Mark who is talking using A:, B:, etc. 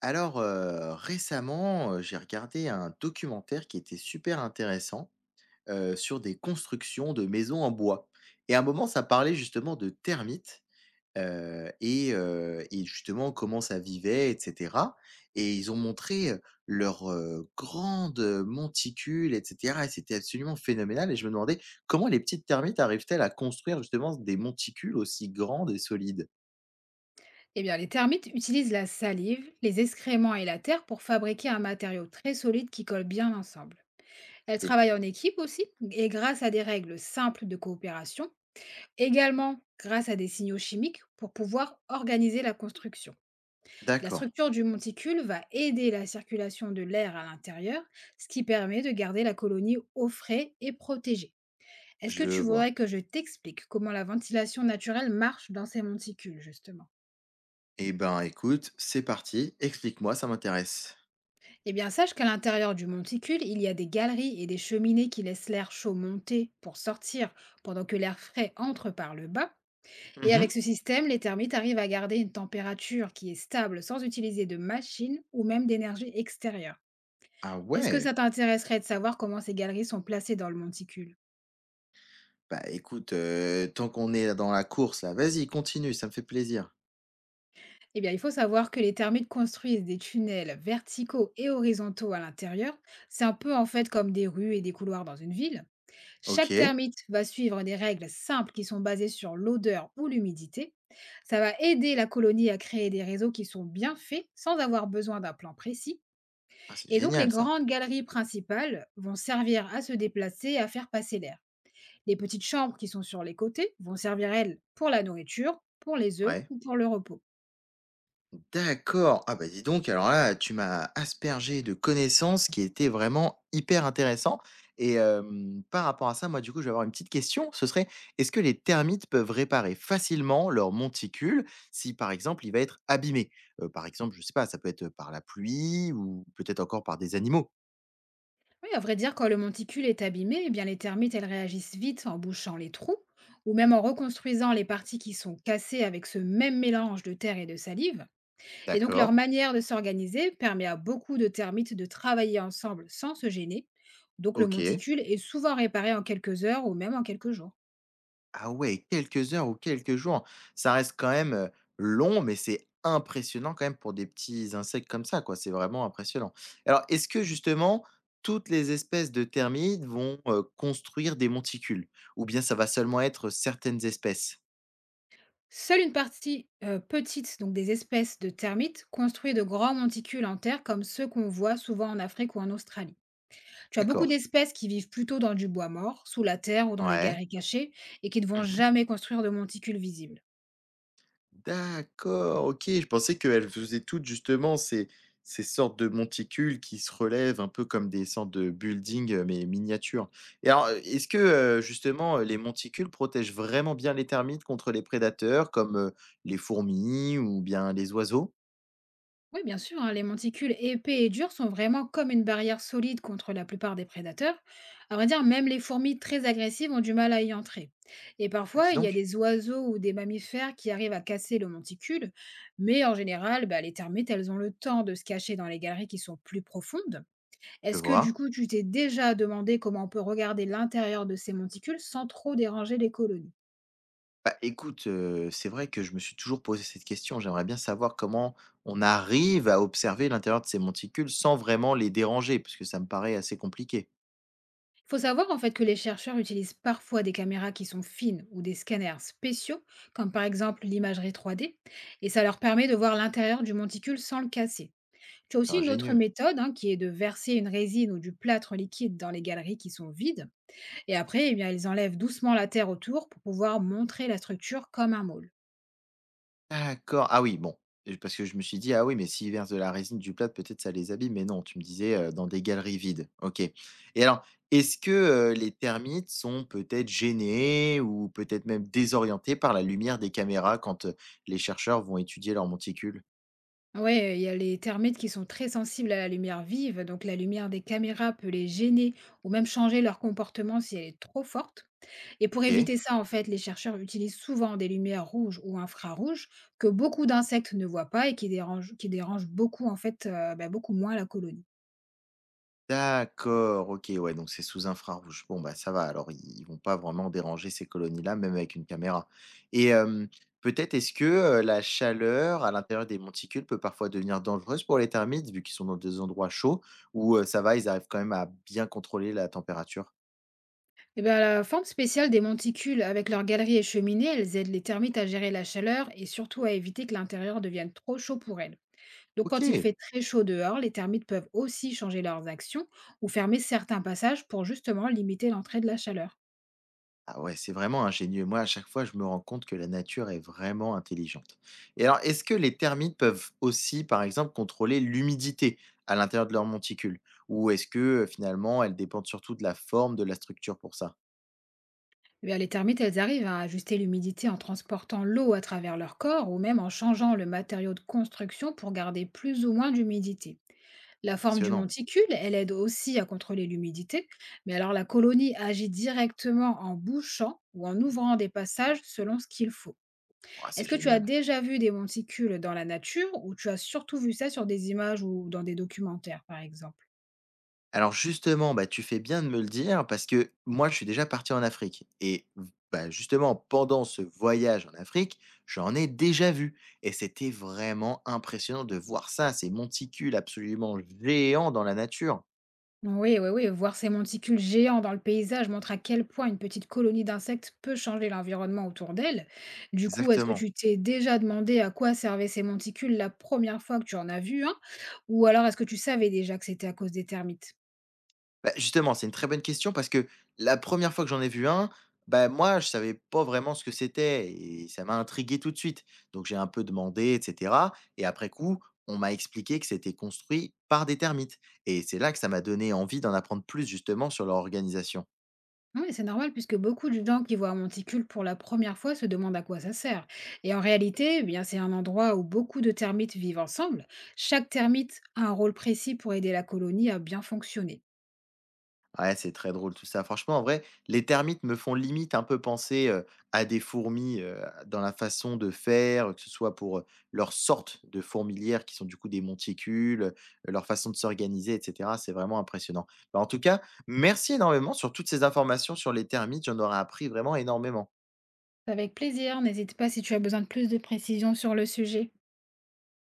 A: Alors, récemment, j'ai regardé un documentaire qui était super intéressant, sur des constructions de maisons en bois et à un moment, ça parlait justement de termites, justement comment ça vivait et cetera et ils ont montré, leurs, grandes, monticules et cetera et c'était absolument phénoménal et je me demandais comment les petites termites arrivent-elles à construire justement des monticules aussi grandes et solides?
B: Eh bien, les termites utilisent la salive, les excréments et la terre pour fabriquer un matériau très solide qui colle bien ensemble. Elles
A: Et
B: travaillent en équipe aussi, et grâce à des règles simples de coopération, également grâce à des signaux chimiques pour pouvoir organiser la construction. La
A: d'accord,
B: structure du monticule va aider la circulation de l'air à l'intérieur, ce qui permet de garder la colonie au frais et protégée. Est-ce que
A: je
B: tu
A: vois.
B: voudrais que je t'explique comment la ventilation naturelle marche dans ces monticules, justement?
A: Eh ben, écoute, c'est parti, explique-moi, ça m'intéresse.
B: Eh bien, sache qu'à l'intérieur du monticule, il y a des galeries et des cheminées qui laissent l'air chaud monter pour sortir, pendant que l'air frais entre par le bas. Et
A: Mmh.
B: avec ce système, les termites arrivent à garder une température qui est stable sans utiliser de machines ou même d'énergie extérieure.
A: Ah
B: Est-ce que
A: ouais?
B: ça t'intéresserait de savoir comment ces galeries sont placées dans le monticule?
A: Bah, écoute, tant qu'on est dans la course là, vas-y, continue, ça me fait plaisir.
B: Eh bien, il faut savoir que les termites construisent des tunnels verticaux et horizontaux à l'intérieur. C'est un peu en fait comme des rues et des couloirs dans une ville. Chaque
A: OK.
B: termite va suivre des règles simples qui sont basées sur l'odeur ou l'humidité. Ça va aider la colonie à créer des réseaux qui sont bien faits sans avoir besoin d'un plan précis.
A: Ah, c'est
B: Et donc les
A: génial ça.
B: grandes galeries principales vont servir à se déplacer et à faire passer l'air. Les petites chambres qui sont sur les côtés vont servir, elles, pour la nourriture, pour les œufs
A: Ouais.
B: ou pour le repos.
A: D'accord. Ah bah dis donc, alors là, tu m'as aspergé de connaissances qui étaient vraiment hyper intéressant et hem, par rapport à ça, moi, du coup, je vais avoir une petite question. Ce serait, est-ce que les termites peuvent réparer facilement leur monticule si, par exemple, il va être abîmé? Par exemple, je sais pas, ça peut être, par la pluie ou peut-être encore par des animaux?
B: Oui, à vrai dire, quand le monticule est abîmé, eh bien les termites, elles réagissent vite en bouchant les trous ou même en reconstruisant les parties qui sont cassées avec ce même mélange de terre et de salive. Et donc leur
A: D'accord.
B: manière de s'organiser permet à beaucoup de termites de travailler ensemble sans se gêner. Donc le
A: OK.
B: monticule est souvent réparé en quelques heures ou même en quelques jours.
A: Ah ouais, quelques heures ou quelques jours. Ça reste quand même, long, mais c'est impressionnant quand même pour des petits insectes comme ça, quoi. C'est vraiment impressionnant. Alors, est-ce que justement, toutes les espèces de termites vont, construire des monticules? Ou bien ça va seulement être certaines espèces?
B: Seule une partie petite donc des espèces de termites construit de grands monticules en terre comme ceux qu'on voit souvent en Afrique ou en Australie. Tu as beaucoup
A: D'accord.
B: d'espèces qui vivent plutôt dans du bois mort, sous la terre ou dans des
A: Ouais.
B: galeries cachées et qui ne vont
A: Mmh.
B: jamais construire de monticules visibles.
A: D'accord, OK. Je pensais qu'elles faisaient toutes justement ces sortes de monticules qui se relèvent un peu comme des sortes de buildings, mais miniatures. Et alors, est-ce que, justement, les monticules protègent vraiment bien les termites contre les prédateurs comme, les fourmis ou bien les oiseaux?
B: Oui, bien sûr, hein, les monticules épais et durs sont vraiment comme une barrière solide contre la plupart des prédateurs. À vrai dire, même les fourmis très agressives ont du mal à y entrer. Et
A: Bah,
B: parfois,
A: dis
B: il y a
A: donc,
B: des oiseaux ou des mammifères qui arrivent à casser le monticule, mais en général, bah, les termites, elles ont le temps de se cacher dans les galeries qui sont plus profondes.
A: je
B: Est-ce que du
A: vois.
B: coup, tu t'es déjà demandé comment on peut regarder l'intérieur de ces monticules sans trop déranger les colonies?
A: Bah, écoute, c'est vrai que je me suis toujours posé cette question. J'aimerais bien savoir comment on arrive à observer l'intérieur de ces monticules sans vraiment les déranger, parce que ça me paraît assez compliqué.
B: Faut savoir en fait que les chercheurs utilisent parfois des caméras qui sont fines ou des scanners spéciaux, comme par exemple l'imagerie 3D, et ça leur permet de voir l'intérieur du monticule sans le casser. Tu as
A: C'est
B: aussi une autre
A: ingénieux.
B: méthode hein, qui est de verser une résine ou du plâtre liquide dans les galeries qui sont vides, et après, eh bien, ils enlèvent doucement la terre autour pour pouvoir montrer la structure comme un môle.
A: D'accord. Ah oui, bon, parce que je me suis dit: «Ah oui, mais s'ils versent de la résine du plat, peut-être ça les abîme», mais non, tu me disais, dans des galeries vides. OK. Et alors, est-ce que, les termites sont peut-être gênés ou peut-être même désorientés par la lumière des caméras quand, les chercheurs vont étudier leurs monticules?
B: Ouais, il y a les termites qui sont très sensibles à la lumière vive, donc la lumière des caméras peut les gêner ou même changer leur comportement si elle est trop forte. Et pour
A: OK.
B: éviter ça, en fait, les chercheurs utilisent souvent des lumières rouges ou infrarouges que beaucoup d'insectes ne voient pas et qui dérangent, beaucoup, en fait, beaucoup moins la colonie.
A: D'accord, OK, ouais, donc c'est sous infrarouge. Bon, bah, ça va, alors ils vont pas vraiment déranger ces colonies-là, même avec une caméra et hem, peut-être est-ce que, la chaleur à l'intérieur des monticules peut parfois devenir dangereuse pour les termites, vu qu'ils sont dans des endroits chauds ou, ça va, ils arrivent quand même à bien contrôler la température?
B: Et ben, la forme spéciale des monticules avec leurs galeries et cheminées, elles aident les termites à gérer la chaleur et surtout à éviter que l'intérieur devienne trop chaud pour elles. Donc quand il
A: OK.
B: fait très chaud dehors, les termites peuvent aussi changer leurs actions ou fermer certains passages pour justement limiter l'entrée de la chaleur.
A: Ah ouais, c'est vraiment ingénieux. Moi, à chaque fois, je me rends compte que la nature est vraiment intelligente. Et alors, est-ce que les termites peuvent aussi, par exemple, contrôler l'humidité à l'intérieur de leur monticule? Ou est-ce que finalement, elles dépendent surtout de la forme de la structure pour ça?
B: Eh bien, les termites, elles arrivent à ajuster l'humidité en transportant l'eau à travers leur corps ou même en changeant le matériau de construction pour garder plus ou moins d'humidité. La forme du
A: Passionnant.
B: monticule, elle aide aussi à contrôler l'humidité, mais alors la colonie agit directement en bouchant ou en ouvrant des passages selon ce qu'il faut.
A: Ouah, c'est
B: Est-ce que tu as
A: génial.
B: déjà vu des monticules dans la nature ou tu as surtout vu ça sur des images ou dans des documentaires, par exemple?
A: Alors justement, bah, tu fais bien de me le dire parce que moi, je suis déjà parti en Afrique et v bah, justement, pendant ce voyage en Afrique, j'en ai déjà vu et c'était vraiment impressionnant de voir ça, ces monticules absolument géants dans la nature.
B: Oui, oui, oui, voir ces monticules géants dans le paysage montre à quel point une petite colonie d'insectes peut changer l'environnement autour d'elle. Du coup, est-ce que
A: Exactement.
B: tu t'es déjà demandé à quoi servaient ces monticules la première fois que tu en as vu un? Ou alors est-ce que tu savais déjà que c'était à cause des termites?
A: Bah, justement, c'est une très bonne question parce que la première fois que j'en ai vu un, bah, moi, je savais pas vraiment ce que c'était et ça m'a intrigué tout de suite. Donc j'ai un peu demandé et cetera et après coup, on m'a expliqué que c'était construit par des termites et c'est là que ça m'a donné envie d'en apprendre plus justement sur leur organisation.
B: Oui, c'est normal puisque beaucoup de gens qui voient un monticule pour la première fois se demandent à quoi ça sert. Et en réalité, eh bien, c'est un endroit où beaucoup de termites vivent ensemble. Chaque termite a un rôle précis pour aider la colonie à bien fonctionner.
A: Ouais, c'est très drôle tout ça. Franchement, en vrai, les termites me font limite un peu penser, à des fourmis, dans la façon de faire, que ce soit pour, leur sorte de fourmilière qui sont du coup des monticules, leur façon de s'organiser et cetera. C'est vraiment impressionnant. Bah, en tout cas, merci énormément sur toutes ces informations sur les termites, j'en aurais appris vraiment énormément.
B: Avec plaisir, n'hésite pas si tu as besoin de plus de précisions sur le sujet.